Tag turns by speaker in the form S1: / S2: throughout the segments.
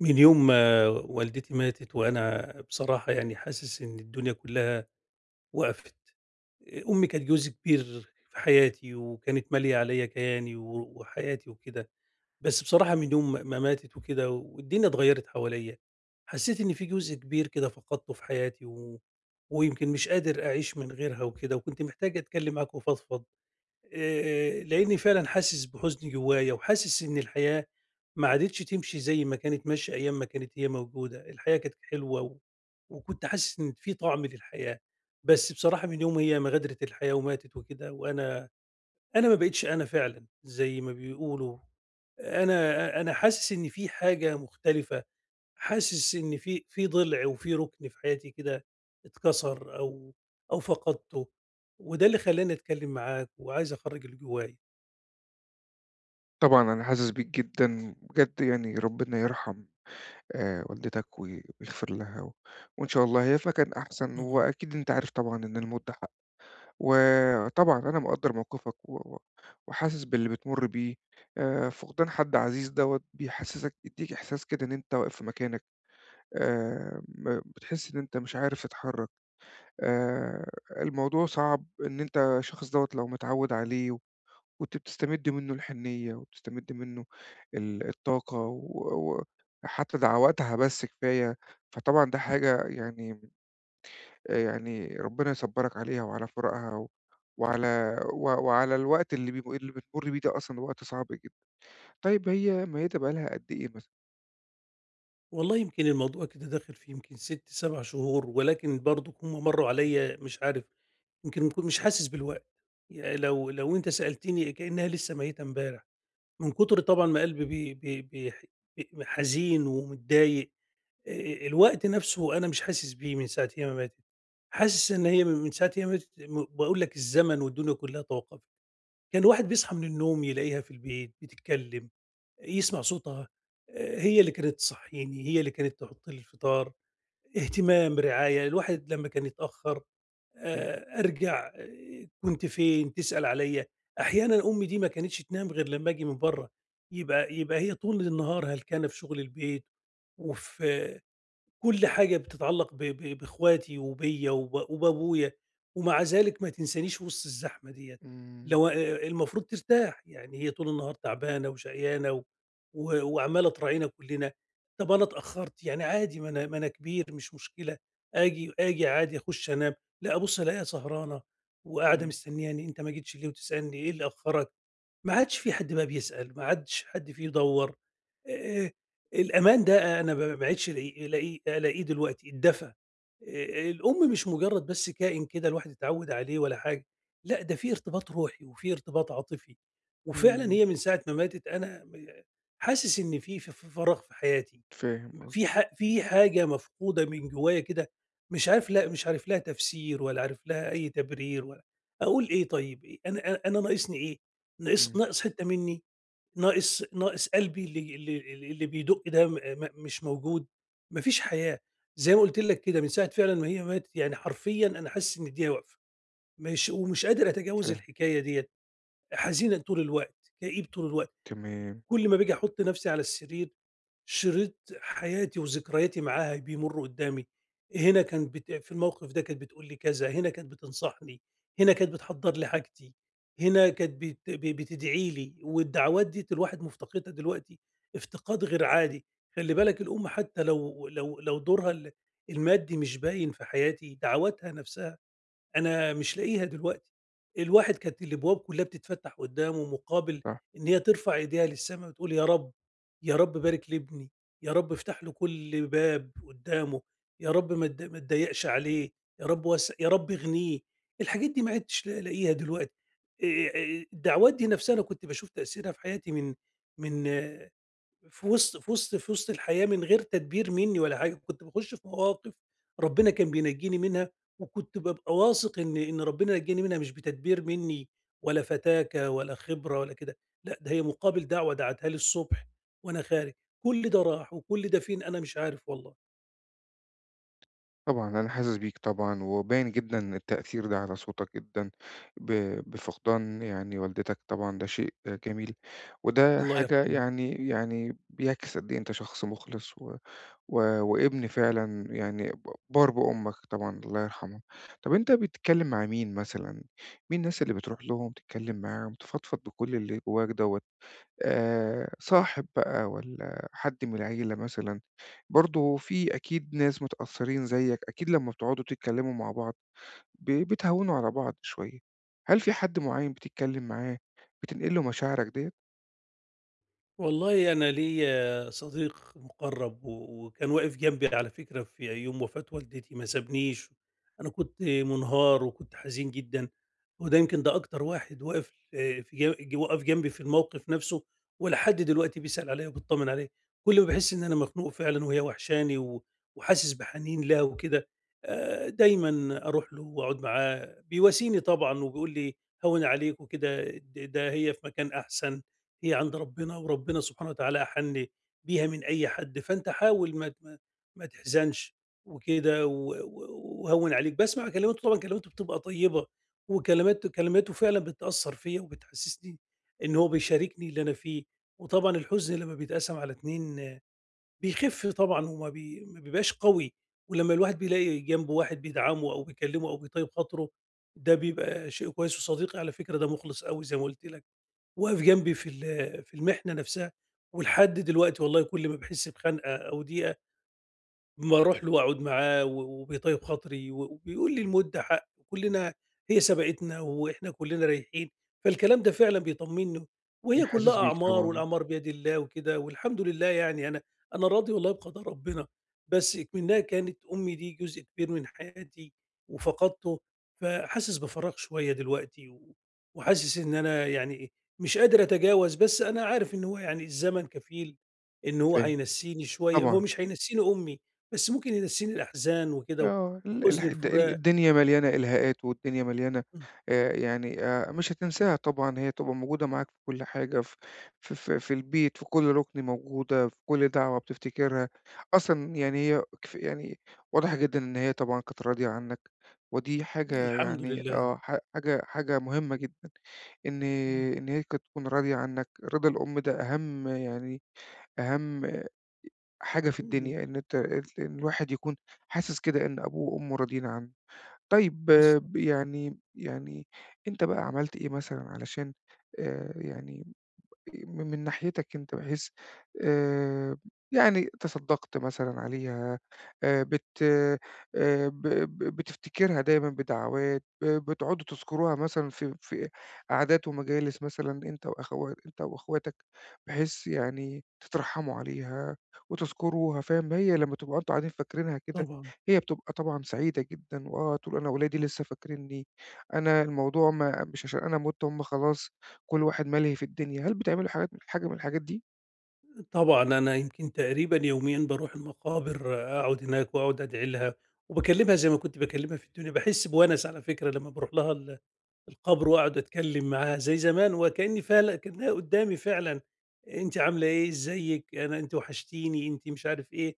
S1: من يوم ما والدتي ماتت وأنا بصراحة يعني حاسس إن الدنيا كلّها وقفت، أمي كانت جزء كبير في حياتي وكانت مالية عليّا كياني و وحياتي وكده، بس بصراحة من يوم ما ماتت وكده والدنيا اتغيّرت حواليّا، حسّيت إن في جزء كبير كده فقدته في حياتي و ويمكن مش قادر أعيش من غيرها وكده، وكنت محتاج أتكلّم معاكِ وأفضفض. لإني فعلًا حاسس بحزن جوّايا، وحاسس إن الحياة ما عادتش تمشي زي ما كانت ماشية أيام ما كانت هي موجودة، الحياة كانت حلوة و وكنت حاسس إن في طعم للحياة، بس بصراحة من يوم هي ما غادرت الحياة وماتت وكده، وأنا ما بقيتش أنا فعلًا زي ما بيقولوا، أنا حاسس إن في حاجة مختلفة، حاسس إن في ضلع وفي ركن في حياتي كده اتكسر أو فقدته، وده اللي خلّاني أتكلّم معاك وعايز أخرّج اللي جوّايا.
S2: طبعًا أنا حاسس بيك جدًا، بجد يعني ربنا يرحم والدتك ويغفر لها وإن شاء الله هي في مكان أحسن،
S1: آه،
S2: وأكيد أنت عارف طبعًا إن المُدة حق، وطبعًا أنا مقدّر موقفك و و وحاسس باللي بتمُر بيه. فقدان حد عزيز دوّة بيحسسك بيدّيك إحساس كده إن أنت واقف في مكانك، م بتحس إن أنت مش عارف تتحرّك. آآ الموضوع صعب إن أنت الشخص دوّة لو متعوّد عليه كنت بتستمد منه الحنيّة وبتستمد منه الطاقة وحتى دعواتها بس كفاية. فطبعًا ده حاجة يعني، يعني ربنا يصبّرك عليها وعلى فراقها و وعلى و وعلى الوقت اللي بتمُر بيه ده أصلًا وقت صعب جدًا. طيب هي ميّتة بقى لها قد إيه مثلًا؟
S1: والله يمكن الموضوع كده داخل في يمكن 6، 7 شهور، ولكن برضُك هُم مرّوا عليَّ مش عارف يمكن مش حاسس بالوقت، يعني لو أنت سألتني كأنها لسه ميتة امبارح، من كتر طبعًا ما قلبي بي بي بيح ب حزين ومتضايق، الوقت نفسه أنا مش حاسس بيه من ساعة هي ما ماتت، حاسس إن هي من ساعة هي ما ماتت باقول لك الزمن والدنيا كلها توقفت، كان الواحد بيصحى من النوم يلاقيها في البيت بتتكلم يسمع صوتها، هي اللي كانت تصحّيني، هي اللي كانت تحُط لي الفطار، اهتمام، رعاية، الواحد لمّا كان يتأخّر أرجع كنت فين، تسأل عليّا، أحيانًا أمي دي ما كانتش تنام غير لمّا آجي من برّه، يبقى هي طول النهار هلكانة في شُغل البيت وفي كل حاجة بتتعلق ب ب بإخواتي وبيّا وبابويا، ومع ذلك ما تنسانيش وسط الزحمة ديّة،
S2: إمم.
S1: لو المفروض ترتاح، يعني هي طول النهار تعبانة وشقيانة و و وعمّالة تراعينا كُلّنا، طَب أنا اتأخّرت يعني عادي ما أنا كبير مش مشكلة، آجي عادي أخُش أنام، لأ أبُص ألاقيها سهرانة وقاعدة
S2: إمم.
S1: مستنياني، أنت ما جيتش ليه وتسألني إيه اللي أخّرك؟ ما عادش في حد ما بيسأل، ما عادش حد فيه يدوّر، آآ الأمان ده أنا ما عدتش ألاقيه دلوقتي، اتدفى. الأم مش مجرّد بس كائن كده الواحد اتعوّد عليه ولا حاجة، لأ ده في ارتباط روحي وفي ارتباط عاطفي، وفعلًا
S2: إمم.
S1: هي من ساعة ما ماتت أنا حاسس إن في ف ف فراغ في حياتي.
S2: فاهم قصدك.
S1: في حاجة مفقودة من جوايا كده، مش عارف لها تفسير ولا عارف لها أي تبرير ولا أقول إيه طيب إيه أنا ناقصني إيه؟ ناقص
S2: إمم.
S1: ناقص حتّة منّي، ناقص قلبي اللي بيدق ده م م مش موجود، ما فيش حياة، زي ما قُلت لك كده من ساعة فعلًا ما هي ماتت يعني حرفيًا أنا حاسس إن إيديّا واقفة، مش ومش قادر أتجاوز
S2: فاهم.
S1: الحكاية ديّة، حزينة طول الوقت، كئيب طول الوقت،
S2: تمام.
S1: كل ما باجي أحُط نفْسي على السرير شريط حياتي وذكرياتي معاها بيمر قدامي. في الموقف ده كانت بتقول لي كذا. هنا كانت بتنصحني. هنا كانت بتحضر لي حاجتي. هنا كانت بتدعي لي والدعوات دي الواحد مفتقدها دلوقتي افتقاد غير عادي. خلي بالك الام حتى لو دورها المادي مش باين في حياتي دعواتها نفسها أنا مش لاقيها دلوقتي. الواحد كانت الأبواب كلّها بتتفتح قدّامه مقابل
S2: صح.
S1: إن هي ترفع إيديها للسما وتقول يا رب، يا رب بارك لابني، يا رب افتح له كل باب قدّامه، يا رب ما تضيّقش عليه، يا رب يا رب اغنيه. الحاجات دي ما عدتش لا لاقيها دلوقتي. الدعوات دي نفسها أنا كنت باشوف تأثيرها في حياتي من من في وسط الحياة من غير تدبير منّي ولا حاجة، كنت باخُش في مواقف ربنا كان بينجّيني منها، وكنت بابقى واثق إن ربنا نجّاني منها مش بتدبير منّي ولا فتاكة ولا خبرة ولا كده، لأ ده هي مقابل دعوة دعتها لي الصبح وأنا خارج، كل ده راح وكل ده فين أنا مش عارف والله،
S2: طبعًا، أنا حاسس بيك طبعًا، وباين جدًا التأثير ده على صوتك جدًا ب بفقدان يعني والدتك. طبعًا ده شيء جميل، وده
S1: الله
S2: حاجة
S1: يرحمها.
S2: يعني، يعني بيعكس قد إيه أنت شخص مخلص و و وابن فعلًا يعني بار بأمك، طبعًا الله يرحمها. طَب أنت بتتكلم مع مين مثلًا؟ مين الناس اللي بتروح لهم تتكلم معاهم، تفضفض بكل اللي جواك دوّة؟ صاحب بقى والّا حد من العيلة مثلًا، برضه في أكيد ناس متأثّرين زيّك، أكيد لمّا بتقعدوا تتكلّموا مع بعض بتهوّنوا على بعض شوية. هل في حد معيّن بتتكلّم معاه بتنقل له مشاعرك ديّة؟
S1: والله أنا ليّا صديق مُقرّب و وكان واقف جنبي على فكرة في يوم وفاة والدتي ما سابنيش، أنا كنت مُنهار وكنت حزين جدًا، هو ده يمكن ده أكتر واحد واقف في ج ج وقف جنبي في الموقف نَفْسه، ولحد دلوقتي بيسأل عليّا وبيتطمن عليّا، كل ما باحس إن أنا مخنوق فعلًا وهي وحشاني و وحاسس بحنين لها وكده. دايمًا أروح له وأقعد معاه، بيواسيني طبعًا وبيقول لي هوّن عليك وكده ده هي في مكان أحسن. هي عند ربنا وربنا سبحانه وتعالى أحن بيها من أي حد، فأنت حاول ما تحزنش وكده وهون عليك بسمع كلماته، طبعا كلماته بتبقى طيبة، وكلماته فعلا بتأثر فيا وبتحسسني إن هو بيشاركني اللي أنا فيه، وطبعا الحزن لما بيتقسم على اتنين بيخف طبعا وما بي ما بيبقاش قوي، ولما الواحد بيلاقي جنبه واحد بيدعمه أو بيكلمه أو بيطيب خاطره ده بيبقى شيء كويس، وصديقي على فكرة ده مخلص قوي زي ما قلت لك، واقف جنبي في المحنة نفسها، ولحد دلوقتي والله كل ما باحس بخنقة أو ضيقة أمّا أروح له وأقعد معاه وبيطيّب خاطري وبيقول لي المُدة حق وكُلّنا هي سبقتنا وإحنا كُلّنا رايحين، فالكلام ده فعلًا بيطمّني،
S2: أنا
S1: وهي كُلّها
S2: حاسس بيك
S1: أعمار
S2: طبعًا.
S1: والأعمار بيد الله وكده والحمد لله يعني أنا راضي والله بقضاء ربنا، بس إكمنها كانت أمي دي جزء كبير من حياتي وفقدته، فحاسس بفراغ شوية دلوقتي و وحاسس إن أنا يعني مش قادر أتجاوز، بس أنا عارف إن هو يعني الزمن كفيل إن هو
S2: فاهم،
S1: هينسّيني شوية، هو
S2: طبعًا.
S1: مش هينسّيني أمي، بس ممكن ينسّيني الأحزان وكده و
S2: آه، ال الح
S1: وحُزن
S2: الد
S1: الفراق،
S2: الدنيا مليانة إلهاءات والدنيا مليانة.
S1: إمم،
S2: يعني مش هتنساها طبعًا، هي تبقى موجودة معاك في كل حاجة، ف ف ف في البيت، في كل رُكن موجودة، في كل دعوة بتفتكرها. أصلًا يعني هي كف يعني واضح جدًا إن هي طبعًا كانت راضية عنك، ودي حاجة
S1: الحمد
S2: يعني،
S1: لله.
S2: آه، ح حاجة حاجة مهمة جدًا، إن
S1: إمم.
S2: إن هي كانت تكون راضية عنك. رضا الأم ده أهم يعني أهم حاجة في
S1: إمم،
S2: الدنيا، إن أنت ال إن الواحد يكون حاسس كده إن أبوه وأمه راضيين عنه. طيب
S1: بالض
S2: آه، ب يعني يعني أنت بقى عملت إيه مثلًا علشان، يعني من ناحيتك أنت بحيث، آآ يعني تصدّقت مثلًا عليها، بت ب ب بتفتكرها دايمًا بدعوات، ب بتقعدوا تذكروها مثلًا في في قعدات ومجالس مثلًا أنت وأخوا أنت وأخواتك، بحيث يعني تترحّموا عليها وتذكروها. فاهم، هي لمّا تبقوا أنتم قاعدين فاكرينها كده،
S1: طبعًا،
S2: هي بتبقى طبعًا سعيدة جدًا، وآه تقول أنا ولادي لسه فاكرينّي، أنا الموضوع ما مش عشان أنا مُت هم خلاص كل واحد مَلهي في الدنيا. هل بتعملوا حاجات حاجة من الحاجات دي؟
S1: طبعًا أنا يمكن تقريبًا يوميًا باروح المقابر أقعد هناك وأقعد أدعي لها، وباكلمها زي ما كنت باكلمها في الدنيا، باحس بونس على فكرة لمّا باروح لها القبر وأقعد أتكلم معاها زي زمان، وكأني فعلًا كأنها قدّامي فعلًا، "إيه، أنتِ عاملة إيه، إزيِك، أنا أنتِ وحشتيني، أنتِ مش عارف إيه."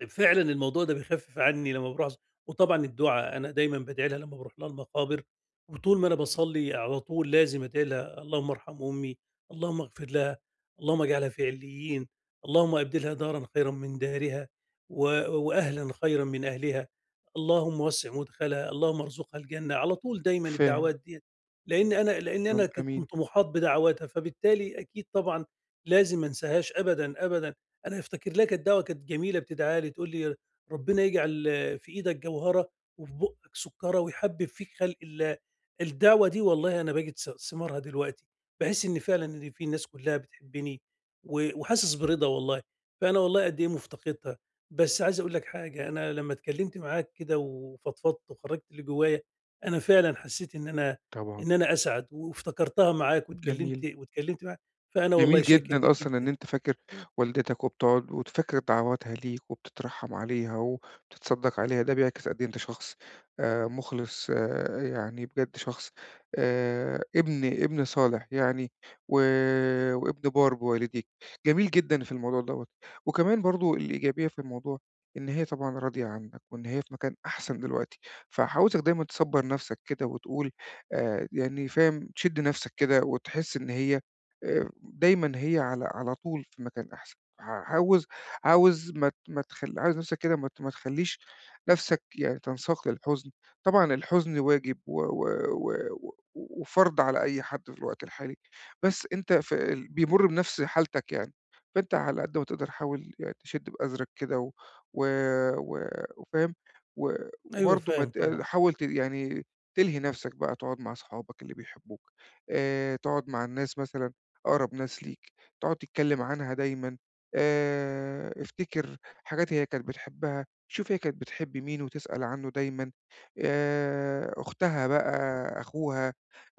S1: طيب فعلًا الموضوع ده بيخفِّف عني لمّا باروح. وطبعًا الدُعا، أنا دايمًا بادعي لها لمّا باروح لها المقابر، وطول ما أنا باصلّي على طول لازم أدعي لها، اللهم ارحم أمي، اللهم اغفر لها، اللهم اجعلها في عليين، اللهم أبدلها دارًا خيرًا من دارها و وأهلًا خيرًا من أهلها، اللهم وسِّع مدخلها، اللهم ارزقها الجنة، على طول دايمًا
S2: فاهم.
S1: الدعوات ديّة، لإن أنا لإن
S2: آمم،
S1: أنا ك
S2: أمين.
S1: كنت مُحاط بدعواتها، فبالتالي أكيد طبعًا لازم ما أنساهاش أبدًا، أبدًا. أنا أفتكر لها كانت دعوة كانت جميلة بتدعى لي تقول لي: "ربنا يجعل في إيدك جوهرة وفي بُقّك سُكّارة ويحبِّب فيك خلق الله." الدعوة دي والله أنا باجد ثمارها دلوقتي، باحس إن فعلًا إن في ناس كلّها بتحبّني و وحاسس برضا والله، فأنا والله قد إيه مُفتقدها. بس عايز أقول لك حاجة، أنا لمّا اتكلّمت معاك كده وفضفضت وخرّجت اللي جوّايا، أنا فعلًا حسّيت إن أنا
S2: طبعًا.
S1: إن أنا أسعد وافتكرتها معاك واتكلّمت
S2: جميل.
S1: واتكلّمت معاك، فأنا والله
S2: جميل
S1: شاكر
S2: جدًا
S1: ليك
S2: أصلًا إن
S1: جدًا.
S2: أنت فاكر والدتك وبتقعد وفاكر دعواتها ليك وبتترحّم عليها وبتتصدّق عليها، ده بيعكس قد إيه أنت شخص مُخلص، يعني بجد شخص، ابن صالح يعني و وابن بار بوالديك. جميل جدًا في الموضوع دوّة. وكمان برضه الإيجابية في الموضوع إن هي طبعًا راضية عنّك وإن هي في مكان أحسن دلوقتي، فعاوزك دايمًا تصبّر نَفْسك كده وتقول، يعني فاهم، تشِد نَفْسك كده وتحس إن هي دايمًا هي على على طول في مكان أحسن. عاوز عاوز ما ت ما تخل عاوز نفْسك كده ما ت ما تخلّيش نفْسك يعني تنساق للحزن. طبعًا الحزن واجب و و و و وفرض على أي حد في الوقت الحالي، بس أنت في ال بيمُر بنفْس حالتك يعني، فأنت على قد ما تقدر حاول يعني تشد بأزرك كده و و و وفاهم، و
S1: أيوه
S2: وبرضه ما
S1: فاهم
S2: ت
S1: طبعًا،
S2: حاول ت يعني تلهي نفْسك بقى، تقعد مع صحابك اللي بيحبوك، تقعد مع الناس مثلًا أقرب ناس ليك، تقعد تتكلم عنها دايمًا. افتكر حاجات هي كانت بتحبها، شوف هي كانت بتحب مين وتسأل عنه دايمًا، أختها بقى، أخوها،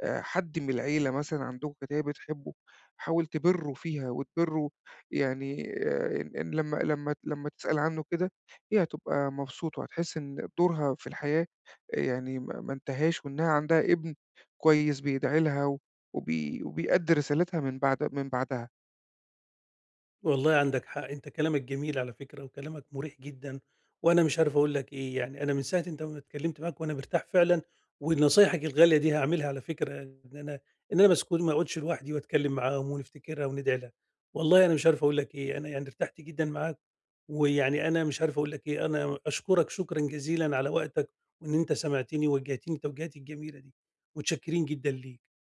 S2: حد من العيلة مثلًا عندكم كانت هي بتحبه، حاول تبِرّه فيها وتبِرّه يعني، إن لمّا لمّا لمّا تسأل عنه كده، هي هتبقى مبسوطة، وهتحس إن دورها في الحياة آه، يعني ما ما انتهاش، وإنها عندها ابن كويس بيدعي لها و وبي وبيأدّي رسالتها من بعد من بعدها.
S1: والله عندك حق، أنت كلامك جميل على فكرة وكلامك مُريح جدًا، وأنا مش عارف أقول لك إيه، يعني أنا من ساعة أنت ما اتكلمت معاك وأنا مرتاح فعلًا، ونصايحك الغالية دي هاعملها على فكرة، إن أنا مسكون ما أقعدش لوحدي وأتكلم معاهم ونفتكرها وندعي لها، والله أنا مش عارف أقول لك إيه، أنا يعني ارتحت جدًا معاك، ويعني أنا مش عارف أقول لك إيه، أنا أشكرك شكرًا جزيلًا على وقتك، وإن أنت سمعتني ووجهتني التوجيهات الجميلة دي، متشكرين جدًا ليك.